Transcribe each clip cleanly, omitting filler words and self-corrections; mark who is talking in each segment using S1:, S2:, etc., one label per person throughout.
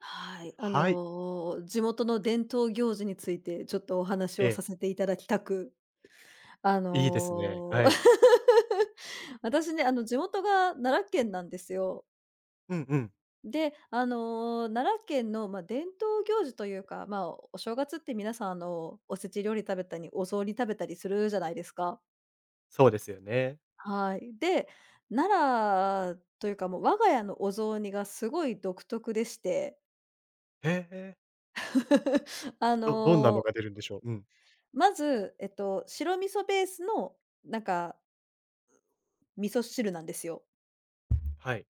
S1: はい、
S2: はい。
S1: 地元の伝統行事についてちょっとお話
S2: え
S1: を
S2: え、
S1: させていただきたく、あ
S2: いいですね。
S1: の、
S2: はい。
S1: 私ね、地元が奈良県なんですよ。
S2: うんうん。
S1: で、奈良県の、まあ、伝統行事というか、まあ、お正月って皆さん、おせち料理食べたり、お雑煮食べたりするじゃないですか。
S2: そうですよね。
S1: はい。で、奈良というか、もう我が家のお雑煮がすごい独特でして、
S2: へえ。
S1: あ
S2: どんなの
S1: の
S2: が
S1: ー
S2: 出るんでしょう？うん。
S1: まず、白味噌ベースの、なんか、味噌汁なんですよ。
S2: はい。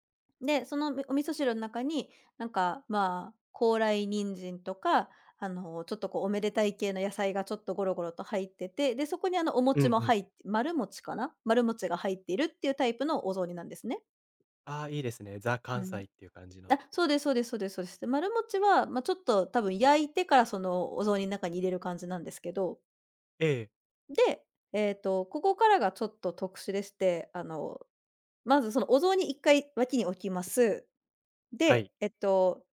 S1: で、そのお味噌汁の中に、なんか、まあ、高麗人参とか、ちょっとこうおめでたい系の野菜がちょっとゴロゴロと入ってて、で、そこにあのお
S2: うん
S1: 餅も
S2: うん。
S1: 入って丸餅かな？丸餅が入っているっていうタイプのお雑煮なんですね。
S2: ああ、いいですね。ザ
S1: う
S2: 関
S1: ん。
S2: 西っていう感じの。
S1: あ、そうですそうですそうですそうです。で、丸餅は、まあ、ちょっと多分焼いてからそのお雑煮の中に入れる感じなんですけど、
S2: ええ、
S1: で、ここからがちょっと特殊でして、まずそのお雑煮一回脇に置きます。
S2: は
S1: で、
S2: い。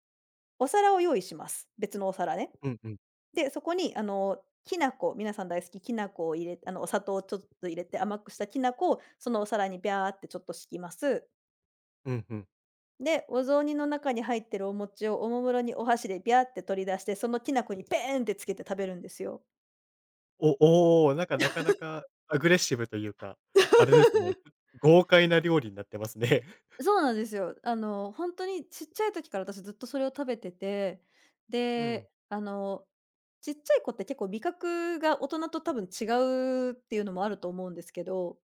S1: お皿を用意します。別のお皿ね。
S2: うんうん。
S1: で、そこにきな粉、皆さん大好ききな粉を入れお砂糖をちょっと入れて甘くしたきな粉をそのお皿にビャーってちょっと敷きます。
S2: うんうん。
S1: で、お雑煮の中に入ってるお餅をおもむろにお箸でビャーって取り出して、そのきな粉にペーンってつけて食べるんですよ。
S2: おお、なんか、なかなかアグレッシブというか、あれですね、豪快な料理になってますね。
S1: そうなんですよ。本当にちっちゃい時から私ずっとそれを食べてて、
S2: うん。
S1: で、ちっちゃい子って結構味覚が大人と多分違うっていうのもあると思うんですけど、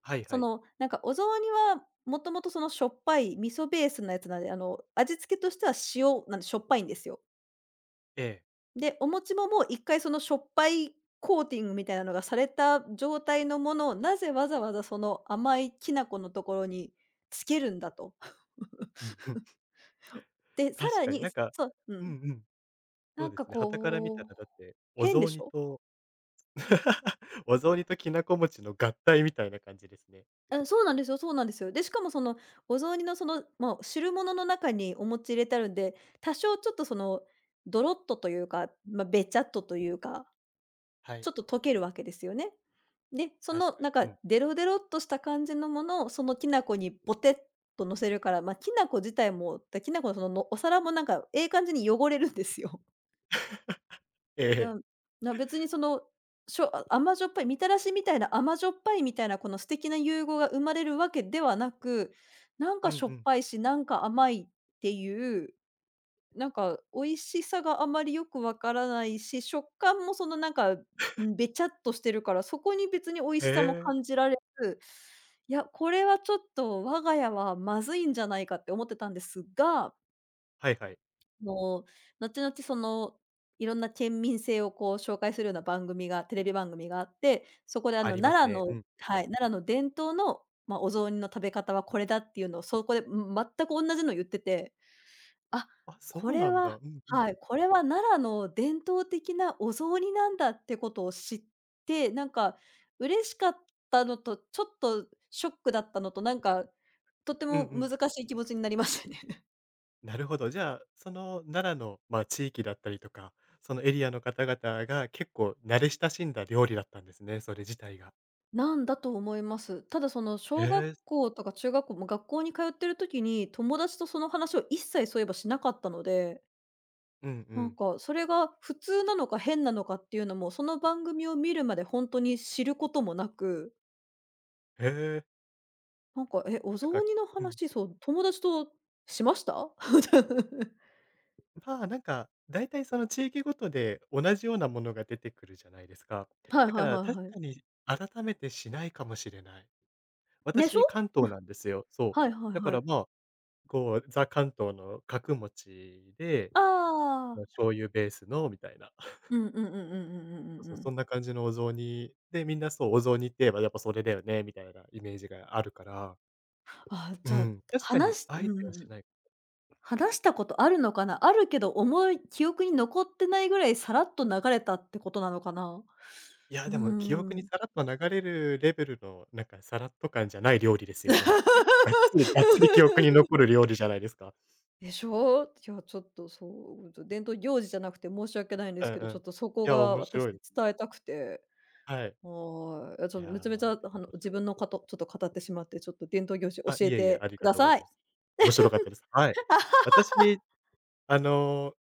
S2: はいは
S1: そ
S2: い。
S1: の、なんかお雑煮はもともとそのしょっぱい味噌ベースのやつなんで、味付けとしては塩なんでしょっぱいんですよ。
S2: ええ。
S1: で、お餅ももう一回そのしょっぱいコーティングみたいなのがされた状態のものを、なぜわざわざその甘いきな粉のところにつけるんだと。
S2: うんうん。
S1: そうで、さ
S2: 確
S1: ら
S2: かに
S1: に
S2: なんか。
S1: そう、う
S2: うん
S1: ん。
S2: うん。そ
S1: な
S2: う
S1: ん
S2: です
S1: か
S2: ね、傍から見
S1: こ
S2: た
S1: う
S2: らだってお
S1: 変で
S2: 雑
S1: し
S2: 煮
S1: ょ？
S2: と お雑煮ときなこ餅の合体みたいな感じですね。
S1: うん、そうなんですよそうなんですよ。で、しかもそのお雑煮のその、まあ汁物の中にお餅入れてあるんで、多少ちょっとそのドロッとというか、まあ、べちゃっとというか、
S2: はい、
S1: ちょっと溶けるわけですよね。で、そ
S2: 確
S1: の
S2: か
S1: な
S2: に。
S1: ん
S2: う
S1: か
S2: ん。
S1: デロデロっとした感じのものをそのきな粉にボテっと乗せるから、まあ、きな粉自体も、だきな粉のその、のお皿もなんかええ感じに汚れるんですよ。
S2: ええ。
S1: なな、別にその、しょあ甘じょっぱいみたらしみたいな甘じょっぱいみたいな、この素敵な融合が生まれるわけではなく、なん
S2: う
S1: か
S2: んう
S1: しょっ
S2: ん。
S1: ぱいし、なんか甘いっていう、なんか美味しさがあまりよくわからないし、食感もそのなんか、ん、べちゃっとしてるから、そこに別に美味
S2: へ
S1: しさも感
S2: え。
S1: じられず、いや、これはちょっと我が家はまずいんじゃないかって思ってたんですが
S2: はいはい。
S1: の、後々その、いろんな県民性をこう紹介するような番組がテレビ番組があって、そこであ
S2: あ
S1: の
S2: りま
S1: 奈
S2: す
S1: 良
S2: ね。う
S1: の
S2: ん。
S1: はい、奈良の伝統の、ま、お雑煮の食べ方はこれだっていうのをそこで、ん、全くおんなじの言ってて、あ、
S2: あ、そ
S1: こ
S2: う
S1: れ
S2: なんだ。
S1: は
S2: うんうん。
S1: はい、これは奈良の伝統的なお雑煮なんだってことを知って、なんか嬉しかったのと、ちょっとショックだったのと、なんかとて
S2: うんう
S1: も難
S2: ん。
S1: しい気持ちになりましたね。
S2: なるほど。じゃあ、その奈良の、まあ、地域だったりとか、そのエリアの方々が結構慣れ親しんだ料理だったんですね、それ自体が。
S1: なんだと思います。ただその
S2: へ
S1: 小学
S2: え。
S1: 校とか中学校も学校に通ってる時に、友達とその話を一切そういえばしなかったので、
S2: うんう
S1: なん
S2: ん。
S1: かそれが普通なのか変なのかっていうのも、その番組を見るまで本当に知ることもなく、
S2: へえ。
S1: なんか「え、お
S2: なん
S1: 雑
S2: か。
S1: 煮の
S2: うん。
S1: 話、そう、友達としました？
S2: まあ、なんか、大体その地域ごとで同じようなものが出てくるじゃないですか。
S1: はい
S2: だか
S1: はい
S2: ら
S1: は
S2: 確
S1: いはい。
S2: かに改めてしないかもしれない。
S1: でしょ？
S2: 私、関東なんですよ。そ
S1: は
S2: う。
S1: いはい
S2: だか
S1: は
S2: ら
S1: い。
S2: まあ、こう、ザ関東の角餅で、
S1: あ
S2: ま、
S1: あ。
S2: 醤油ベースのみたいな。
S1: うんうんうんうんうんう
S2: そう
S1: んうん
S2: そ
S1: う
S2: う、そ
S1: ん。
S2: んな感じのお雑煮で、みんなそう、お雑煮って言えばやっぱそれだよねみたいなイメージがあるから、
S1: あ
S2: う
S1: じゃあ、
S2: ん、確かに
S1: 話し
S2: あえてはし
S1: ん
S2: ない。
S1: 話したことあるのかな？あるけど、思い記憶に残ってないぐらいさらっと流れたってことなのかな？
S2: いや、
S1: う
S2: でも記
S1: ー
S2: 憶に
S1: ん。
S2: さらっと流れるレベルの、なんかさらっと感じゃない料理ですよね。がっつりがっつり記憶に残 る料理じゃないですか。
S1: でしょう？いや、ちょっとそう、伝統行事じゃなくて申し訳ないんで
S2: う
S1: す
S2: ん
S1: けど、
S2: うん。
S1: ちょ
S2: い
S1: っとそこ
S2: や、
S1: が
S2: 面
S1: 私
S2: 白いで
S1: 伝
S2: す。
S1: えたくて。
S2: はい。
S1: はい。いや、ち
S2: い
S1: ょ、
S2: や
S1: め
S2: ー、
S1: ちゃ
S2: で
S1: めちゃ、
S2: も面
S1: 自
S2: 白い。
S1: 分のかとちょっと語ってしまって、ちょっと伝統行事教
S2: あ、い
S1: え
S2: えいえ、あ
S1: て
S2: り
S1: く
S2: が
S1: だ
S2: とうござ
S1: さ
S2: い
S1: い。
S2: ます。面白かったです。はい。私、あの、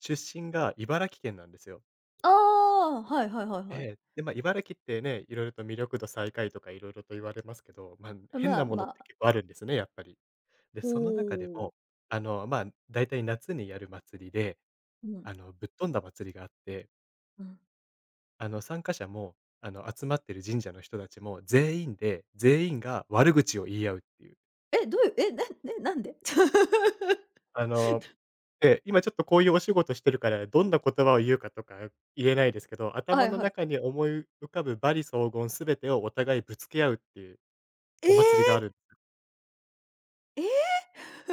S2: 出身が茨城県なんですよ。
S1: あ、ああはいはいはい
S2: え
S1: はい。
S2: え。で、まあ、茨城ってね、いろいろと魅力度最下位とかいろいろと言われますけど、まあ、変
S1: ま
S2: な
S1: あ
S2: ものっ
S1: ま
S2: て
S1: あ。
S2: 結構あるんですね、やっぱり。で、
S1: お
S2: その中で
S1: お。
S2: も、まあ、大体夏にやる祭りで
S1: うん、
S2: ぶっ飛んだ祭りがあって、
S1: うん。
S2: 参加者も、集まってる神社の人たちも全員で、全員が悪口を言い合うっていう。
S1: え、どういうえ、なね、なんで？
S2: あの、今ちょっとこういうお仕事してるから、どんな言葉を言うかとか言えないですけど、
S1: は
S2: 頭
S1: い
S2: の
S1: はい。
S2: 中に思い浮かぶ罵詈雑言すべてをお互いぶつけ合うっていう
S1: え
S2: お祭りがある。
S1: え！ええ！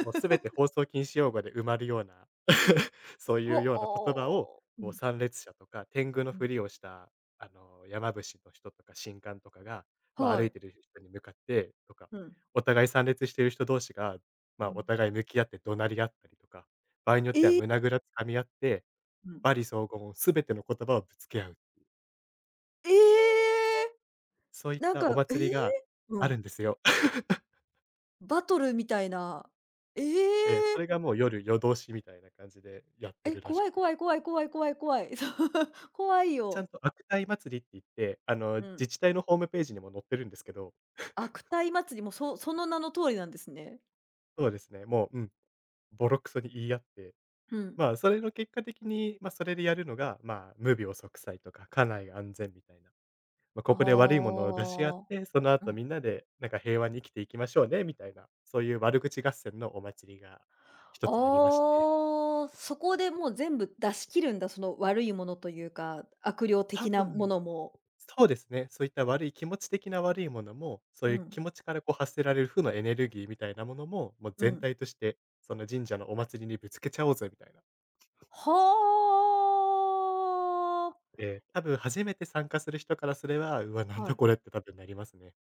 S2: もうすべて 放送禁止用語で埋まるような そうい
S1: ほ
S2: うような言葉を、
S1: おー。う
S2: こう
S1: ん、
S2: 参列者とか、天狗の
S1: う
S2: ふ
S1: ん。
S2: りをした、山伏の人とか神官とかが、まあ、歩
S1: は
S2: い
S1: い。
S2: てる人に向かってとか、
S1: うん、
S2: お互い参列している人同士が、ま
S1: う
S2: あ、
S1: ん。
S2: お互い向き合って怒鳴り合ったりとか、場合によっては
S1: ええ！
S2: 胸ぐら掴み合って、
S1: うん。
S2: 罵詈雑言すべての言葉をぶつけ合う、
S1: え
S2: そういっ
S1: ーなん
S2: た
S1: か、
S2: お
S1: えー、
S2: 祭りが
S1: う
S2: ある
S1: ん。
S2: んですよ。
S1: バトルみたいな。え
S2: それ
S1: え！
S2: がもう夜通しみたいな感じでやって
S1: え、
S2: るらし
S1: 怖
S2: く
S1: い
S2: て。
S1: 怖い怖い怖い怖い怖い。そう 怖い
S2: ちゃん
S1: よ。
S2: と悪態祭りって言って、
S1: うん。
S2: 自治体のホームページにも載ってるんですけど、
S1: 悪態祭りも、そその名の通りなんですね。
S2: そうですね、もう、うん、ボロクソに言い合って、
S1: うん。
S2: まあ、それの結果的に、まあ、それでやるのが、まあ、無病息災とか家内安全みたいな、まあ、ここで悪いも
S1: あ
S2: のを出し合っ
S1: あ。
S2: て、その
S1: う
S2: 後
S1: ん。
S2: みんなでなんか平和に生きていきましょうねみたいな、そういう悪口合戦のお祭りが一つありまして、
S1: ああ、そこでもう全部出し切るんだ、その悪いものというか、悪霊
S2: 多
S1: 的なも
S2: 分
S1: のも。
S2: そうですね。そういった悪い気持ち的な悪いものも、そう
S1: う
S2: いう気
S1: ん、
S2: 持ちからこう発せられる負のエネルギーみたいなものも、もう
S1: う
S2: 全
S1: ん。
S2: 体として、その神社のお祭りにぶつけちゃおうぜみたいな。
S1: はあ。
S2: ええ、多分初めて参加する人からすれば、うわ、なん
S1: は
S2: だ
S1: い。
S2: これって多分なりますね。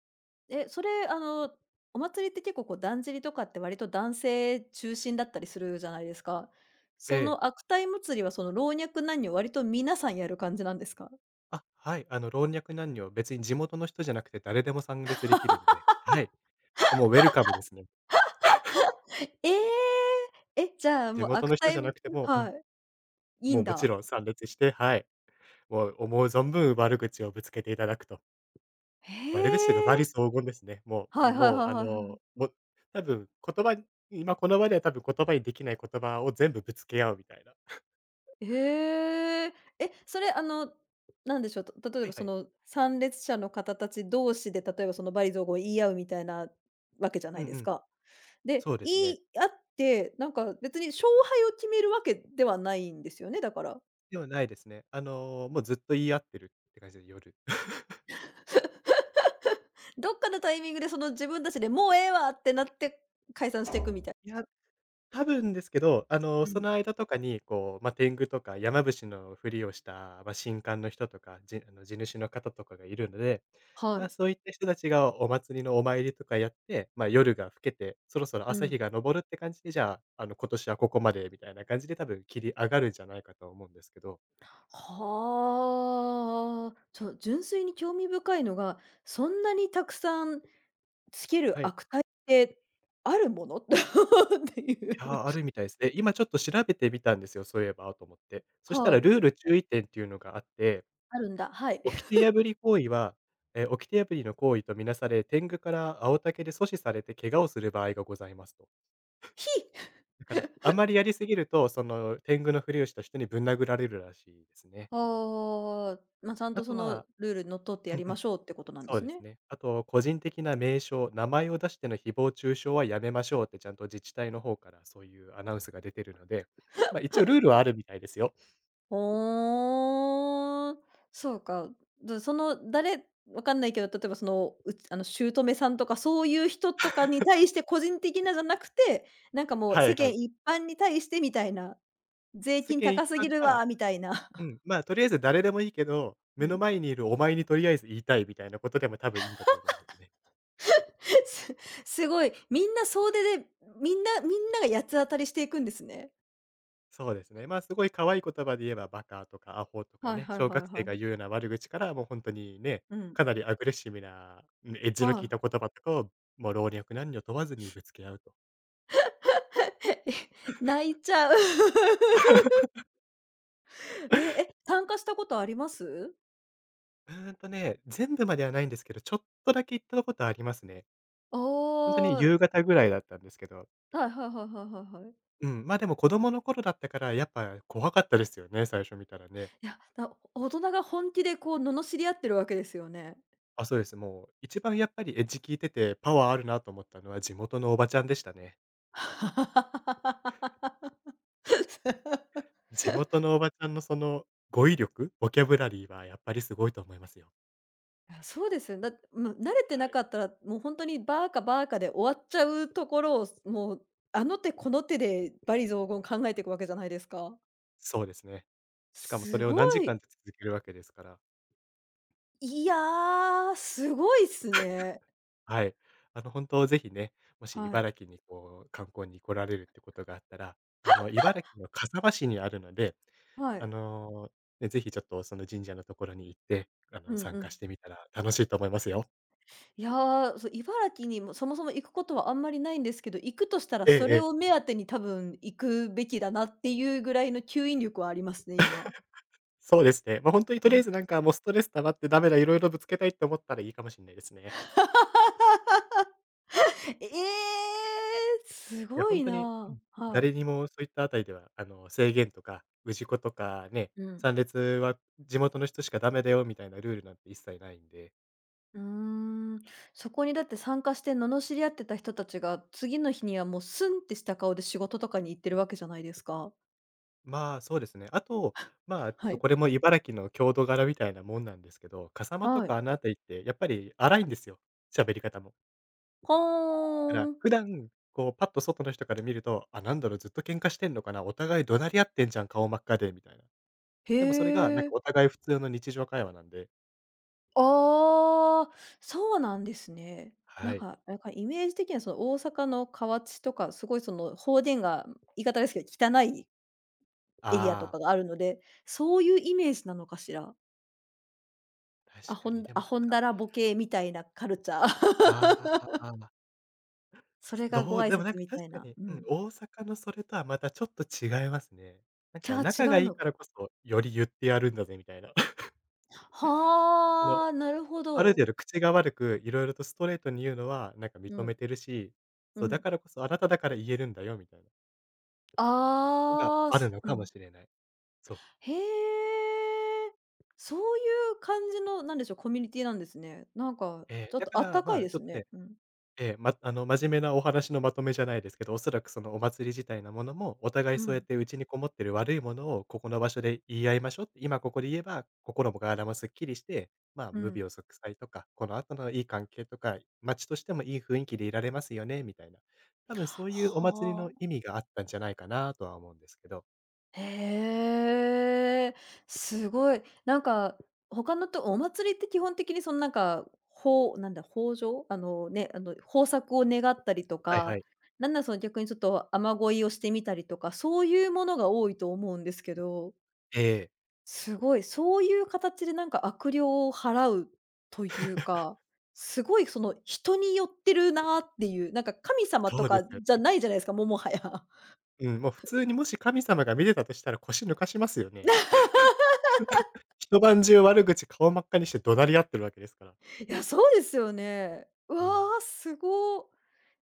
S1: え、それあの、お祭りって結構こう、だんじりとかって割と男性中心だったりするじゃないですか。
S2: え
S1: そ
S2: え。
S1: の悪態祭りはその老若男女割と皆さんやる感じなんですか？
S2: あ、はい。老若男女、別に地元の人じゃなくて誰でも参列できるんで、はい。もうウェルカムですね。
S1: ええ！え、じゃあ
S2: 地
S1: もう
S2: 元
S1: 悪
S2: の人じ
S1: 態
S2: ゃなくても、うん、
S1: はい、いい
S2: もう
S1: ん
S2: もち
S1: だ。
S2: ろん参列して、はい。もう思う存分悪口をぶつけていただくと。悪口というか、
S1: へ
S2: 罵詈
S1: え。
S2: 雑言ですね。もう
S1: はいはい
S2: もう、
S1: はい
S2: あ
S1: はい
S2: の、もう多分言葉に今この場では多分言葉にできない言葉を全部ぶつけ合うみたいな。
S1: へえ。え、それあの、なんでしょう、た例え
S2: はい
S1: ば
S2: は
S1: そ
S2: い。
S1: の参列者の方たち同士で、例えばその罵詈雑言を言い合うみたいなわけじゃ
S2: う
S1: な
S2: ん
S1: いで
S2: う
S1: す
S2: ん。
S1: か。で、
S2: そうです
S1: 言
S2: ね。
S1: い合って、なんか別に勝敗を決めるわけではないんですよね、だから。
S2: ではないですね。もうずっと言い合ってるって感じで、夜。
S1: どっかのタイミングでその自分たちでもうええわってなって解散していくみたい。
S2: いや、多分ですけど、
S1: う
S2: そ
S1: ん。
S2: の間とかに、こう、まあ、天狗とか山伏のふりをした、まあ、神官の人とか、じあの、地主の方とかがいるので、
S1: は
S2: まあ、
S1: い。
S2: そういった人たちがお祭りのお参りとかやって、まあ、夜が更けて、そろそろ
S1: う
S2: 朝
S1: ん。
S2: 日が昇るって感じで、じゃあ、今年はここまでみたいな感じで多分切り上がるんじゃないかと思うんですけど、
S1: はあ。ちょ、純粋に興味深いのが、そんなにたくさんつける
S2: はい。
S1: 悪態ってあるもの？ってい
S2: いや
S1: う。
S2: ー、あるみたいですね。今ちょっと調べてみたんですよ、そういえばと思って。そした
S1: は
S2: らル
S1: い。
S2: ール注意点っていうのがあって、
S1: あるんだ、はい。
S2: 掟破り行為は、掟破りの行為とみなされ、天狗から青竹で阻止されて怪我をする場合がございますと。
S1: ひ。
S2: だから、あまりやりすぎると、その、天狗のふりをした人にぶん殴られるらしいですね。
S1: ああ、まあ、ちゃん
S2: あ
S1: とそ
S2: と
S1: の
S2: は。
S1: ルールにのっとって
S2: う
S1: や
S2: ん
S1: り
S2: う
S1: ま
S2: ん、
S1: しょうってことなんで
S2: そう
S1: す
S2: です
S1: ね。
S2: ね。あと、個人的な名称、名前を出しての誹謗中傷はやめましょうってちゃんと自治体の方からそういうアナウンスが出てるので、ま、一応ルールはあるみたいですよ。
S1: ほーんそうか。で、その誰わかんないけど、例えばその、う姑さんとかそういう人とかに対して個人的なじゃなくて、なんかもう
S2: はい
S1: 世
S2: は
S1: 間
S2: い。
S1: 一般に対してみたいな、税
S2: 世
S1: 金
S2: 間一
S1: 高すぎ
S2: 般
S1: る
S2: か。
S1: わみたいな。
S2: うん、まあ、とりあえず誰でもいいけど、目
S1: う
S2: の
S1: ん。
S2: 前にいるお前にとりあえず言いたいみたいなことでも多分いいんだと思いますね。
S1: すすごい、みんな総出で、みんなみんなが八つ当たりしていくんですね。
S2: そうですね。まあ、すごい可愛い言葉で言えばバカとかアホとか
S1: はい
S2: ね、
S1: はい
S2: 小
S1: は
S2: 学
S1: い
S2: 生
S1: は
S2: が言
S1: い。
S2: うような悪口から、もう本当にね、
S1: うん。
S2: かなりアグレッシブな、うん、エッジの効
S1: は
S2: いた
S1: い。
S2: 言葉とかを、もう老若男女問わずにぶつけ合うと。
S1: え、泣いちゃう。え、え、参加したことあります？
S2: うんとね、全部まではないんですけど、ちょっとだけ言ったことありますね。
S1: ああ、
S2: 本当に
S1: は
S2: 夕方ぐらいだったんですけど。
S1: いはいはいはいはいはい。
S2: うん、ま、でも子供の頃だったから、やっぱ怖かったですよね、最初見たらね。
S1: いや、だ大人が本気でこう罵り合ってるわけですよね。
S2: あ、そうです。もう一番やっぱりエッジ聞いてて、パワーあるなと思ったのは地元のおばちゃんでしたね。地元のおばちゃんのその語彙力、ボキャブラリーはやっぱりすごいと思いますよ。
S1: あ、そうですよ。だって、もう慣れて
S2: は
S1: な
S2: い。
S1: かったら、もう本当にバーカバーカで終わっちゃうところを、もう、あの手この手でゾー雑言考えていくわけじゃないですか。
S2: そうですね。しかもそ
S1: す
S2: れを
S1: ご
S2: 何時間
S1: い。
S2: って続けるわけですから。
S1: いやー、すごいっすね。
S2: はい。本当ぜひね、もし
S1: はい。
S2: 茨城にこう観光に来られるってことがあったら、茨城の笠間市にあるので、
S1: は
S2: あ
S1: い。
S2: の、ね、ぜひちょっとその神社のところに行って、
S1: うん
S2: 参
S1: う
S2: 加
S1: ん。
S2: してみたら楽しいと思いますよ。
S1: いやー、そう、茨城にもそもそも行くことはあんまりないんですけど、行くとしたら
S2: え
S1: そ
S2: ええ
S1: れを
S2: え。
S1: 目当てに多分行くべきだなっていうぐらいの吸引力はありますね、今。
S2: そうですね。ま、あ、本当にと
S1: あ
S2: りあえずなんかもうストレス溜まってダメだ、いろいろぶつけたいって思ったらいいかもしれないですね。
S1: ええ、す
S2: いや
S1: ご
S2: 本
S1: い
S2: 当に、う
S1: な。
S2: ん、
S1: はい。
S2: 誰にもそういったあたりでは、制限とか、氏子とかね、
S1: うん。
S2: 参列は地元の人しかダメだよみたいなルールなんて一切ないんで。
S1: うーん。そこにだって参加して罵り合ってた人たちが、次の日にはもうスンってした顔で仕事とかに行ってるわけじゃないですか。
S2: まあ、そうですね。あと、まあ、ちょっ
S1: は
S2: と
S1: い。
S2: これも茨城の郷土柄みたいなもんなんですけど、笠間と
S1: は
S2: か
S1: い。
S2: あのあたりってやっぱり荒いんですよ、喋り方も。
S1: は
S2: だか
S1: ー
S2: ら
S1: ん、
S2: 普段、こうパッと外の人から見ると、あ、なんだろう、ずっと喧嘩してんのかな、お互い怒鳴り合ってんじゃん、顔真っ赤でみたいな。
S1: へ
S2: でもそれがなん
S1: え。
S2: かお互い普通の日常会話なんで、
S1: ああ、そうなんですね。な
S2: は
S1: ん
S2: い。
S1: か、なんかイメージ的にはその大阪の河内とか、すごいその方言が言い方ですけど、汚いエリアと
S2: ああ、
S1: かがあるので、そういうイメージなのかしら。ア
S2: 確か
S1: ホ
S2: に。
S1: ン
S2: でも
S1: ア
S2: なん
S1: ホン
S2: か、
S1: ダラボケみたいなカルチャー。
S2: ああ、
S1: それが
S2: ど
S1: ご
S2: う
S1: 挨
S2: でもなん
S1: 拶
S2: か
S1: み
S2: 確
S1: たい
S2: か
S1: な。
S2: に、
S1: う
S2: うん、
S1: ん。
S2: 大阪のそれとはまたちょっと違いますね。なん
S1: じ
S2: か
S1: ゃ、違
S2: 仲が
S1: う
S2: いい
S1: の
S2: か
S1: か。
S2: らこそ、より言ってやるんだぜみたいな。その、
S1: はあ、なるほ
S2: ある
S1: ど。
S2: 程度口が悪く、いろいろとストレートに言うのはなんか
S1: う
S2: 認め
S1: ん、
S2: てるし、
S1: う
S2: そう、だ
S1: ん。
S2: からこそあなただから言えるんだよみたいなのが
S1: ああ、
S2: ある
S1: す
S2: の
S1: う
S2: かも
S1: ん。
S2: しれない。そう。
S1: へえ。そういう感じの、なんでしょう、コミュニティなんですね。なんか、
S2: ええ、
S1: ちょっ
S2: だ
S1: と
S2: か
S1: あっ
S2: ら、
S1: たか
S2: ま
S1: い
S2: あ、
S1: で
S2: ちょっ
S1: す
S2: と
S1: ね。
S2: ね。
S1: うん。
S2: ええ、まあの、真面目なお話のまとめじゃないですけど、おそらくそのお祭り自体なものも、お互い
S1: う
S2: そうやっ
S1: ん、
S2: てうちにこもってる悪いものをここの場所で言い合いましょうって、今ここで言えば、心も体もすっきりして、まあ、
S1: う
S2: 無
S1: ん。
S2: 病息災とか、この後のいい関係とか、街としてもいい雰囲気でいられますよね、みたいな。多分そういうお祭り
S1: は
S2: の意
S1: あ。
S2: 味があったんじゃないかなとは思うんですけど。
S1: へえ、すごい。なんか、他のとお祭りって基本的にそのなんか、ほうなんだ、豊穣？あのね、あの豊作を願ったりと
S2: はいは
S1: か、
S2: い。
S1: なんならその逆にちょっと雨乞いをしてみたりとか、そういうものが多いと思うんですけど、
S2: ええ、
S1: すごい、そういう形でなんか悪霊を払うというか、すごいその人に寄ってるなっていう、なんか神様
S2: そ
S1: と
S2: うで
S1: か
S2: すよ
S1: じゃ
S2: ね。
S1: ないじゃないですか、もうもはや。
S2: うん、もう普通にもし神様が見てたとしたら腰抜かしますよね。一晩中悪口顔真っ赤にして怒鳴り合ってるわけですから。
S1: いや、そうですよね。う
S2: う
S1: わ
S2: ん。
S1: ー、すごー。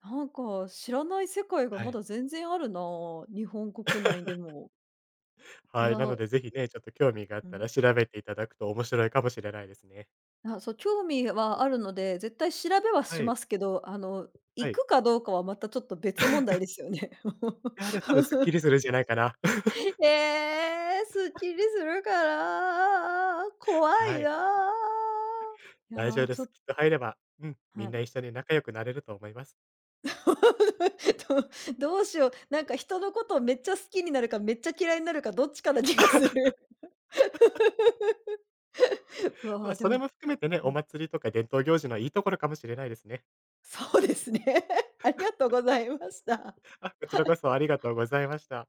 S1: なんか知らない世界が
S2: は
S1: ま
S2: い。
S1: だ全然あるなあ、日本国内でも。い
S2: は
S1: や
S2: い、なの
S1: ー、
S2: でぜひね、ちょっと興味があっ
S1: う
S2: た
S1: ん、
S2: ら調べていただくと面白いかもしれないですね。
S1: あ、そう、興味はあるので、絶対調べは
S2: は
S1: し
S2: い、
S1: ますけど、
S2: は
S1: 行
S2: い。
S1: くかどうかはまたちょっと別問題ですよね。
S2: いや、で も多分すっきりするんじゃないかな。
S1: ええ、すっきりするから怖
S2: は
S1: い
S2: い、
S1: なあ。いや
S2: 大丈夫
S1: ー、
S2: で
S1: ちょっ
S2: す。
S1: と、
S2: きっと入れば、うん、み
S1: は
S2: んな
S1: い。
S2: 一緒に仲良くなれると思います。
S1: どどうしよう、なんか人のことをめっちゃ好きになるか、めっちゃ嫌いになるか、どっちかな気がする。う
S2: ま
S1: わ
S2: あ、
S1: あ、で
S2: それ
S1: も、
S2: も含めてね、
S1: う
S2: お
S1: ん、
S2: 祭りとか伝統行事のいいところかもしれないですね。
S1: そうですね。ありがとうございました。
S2: あ、こちらこそありがとうございました。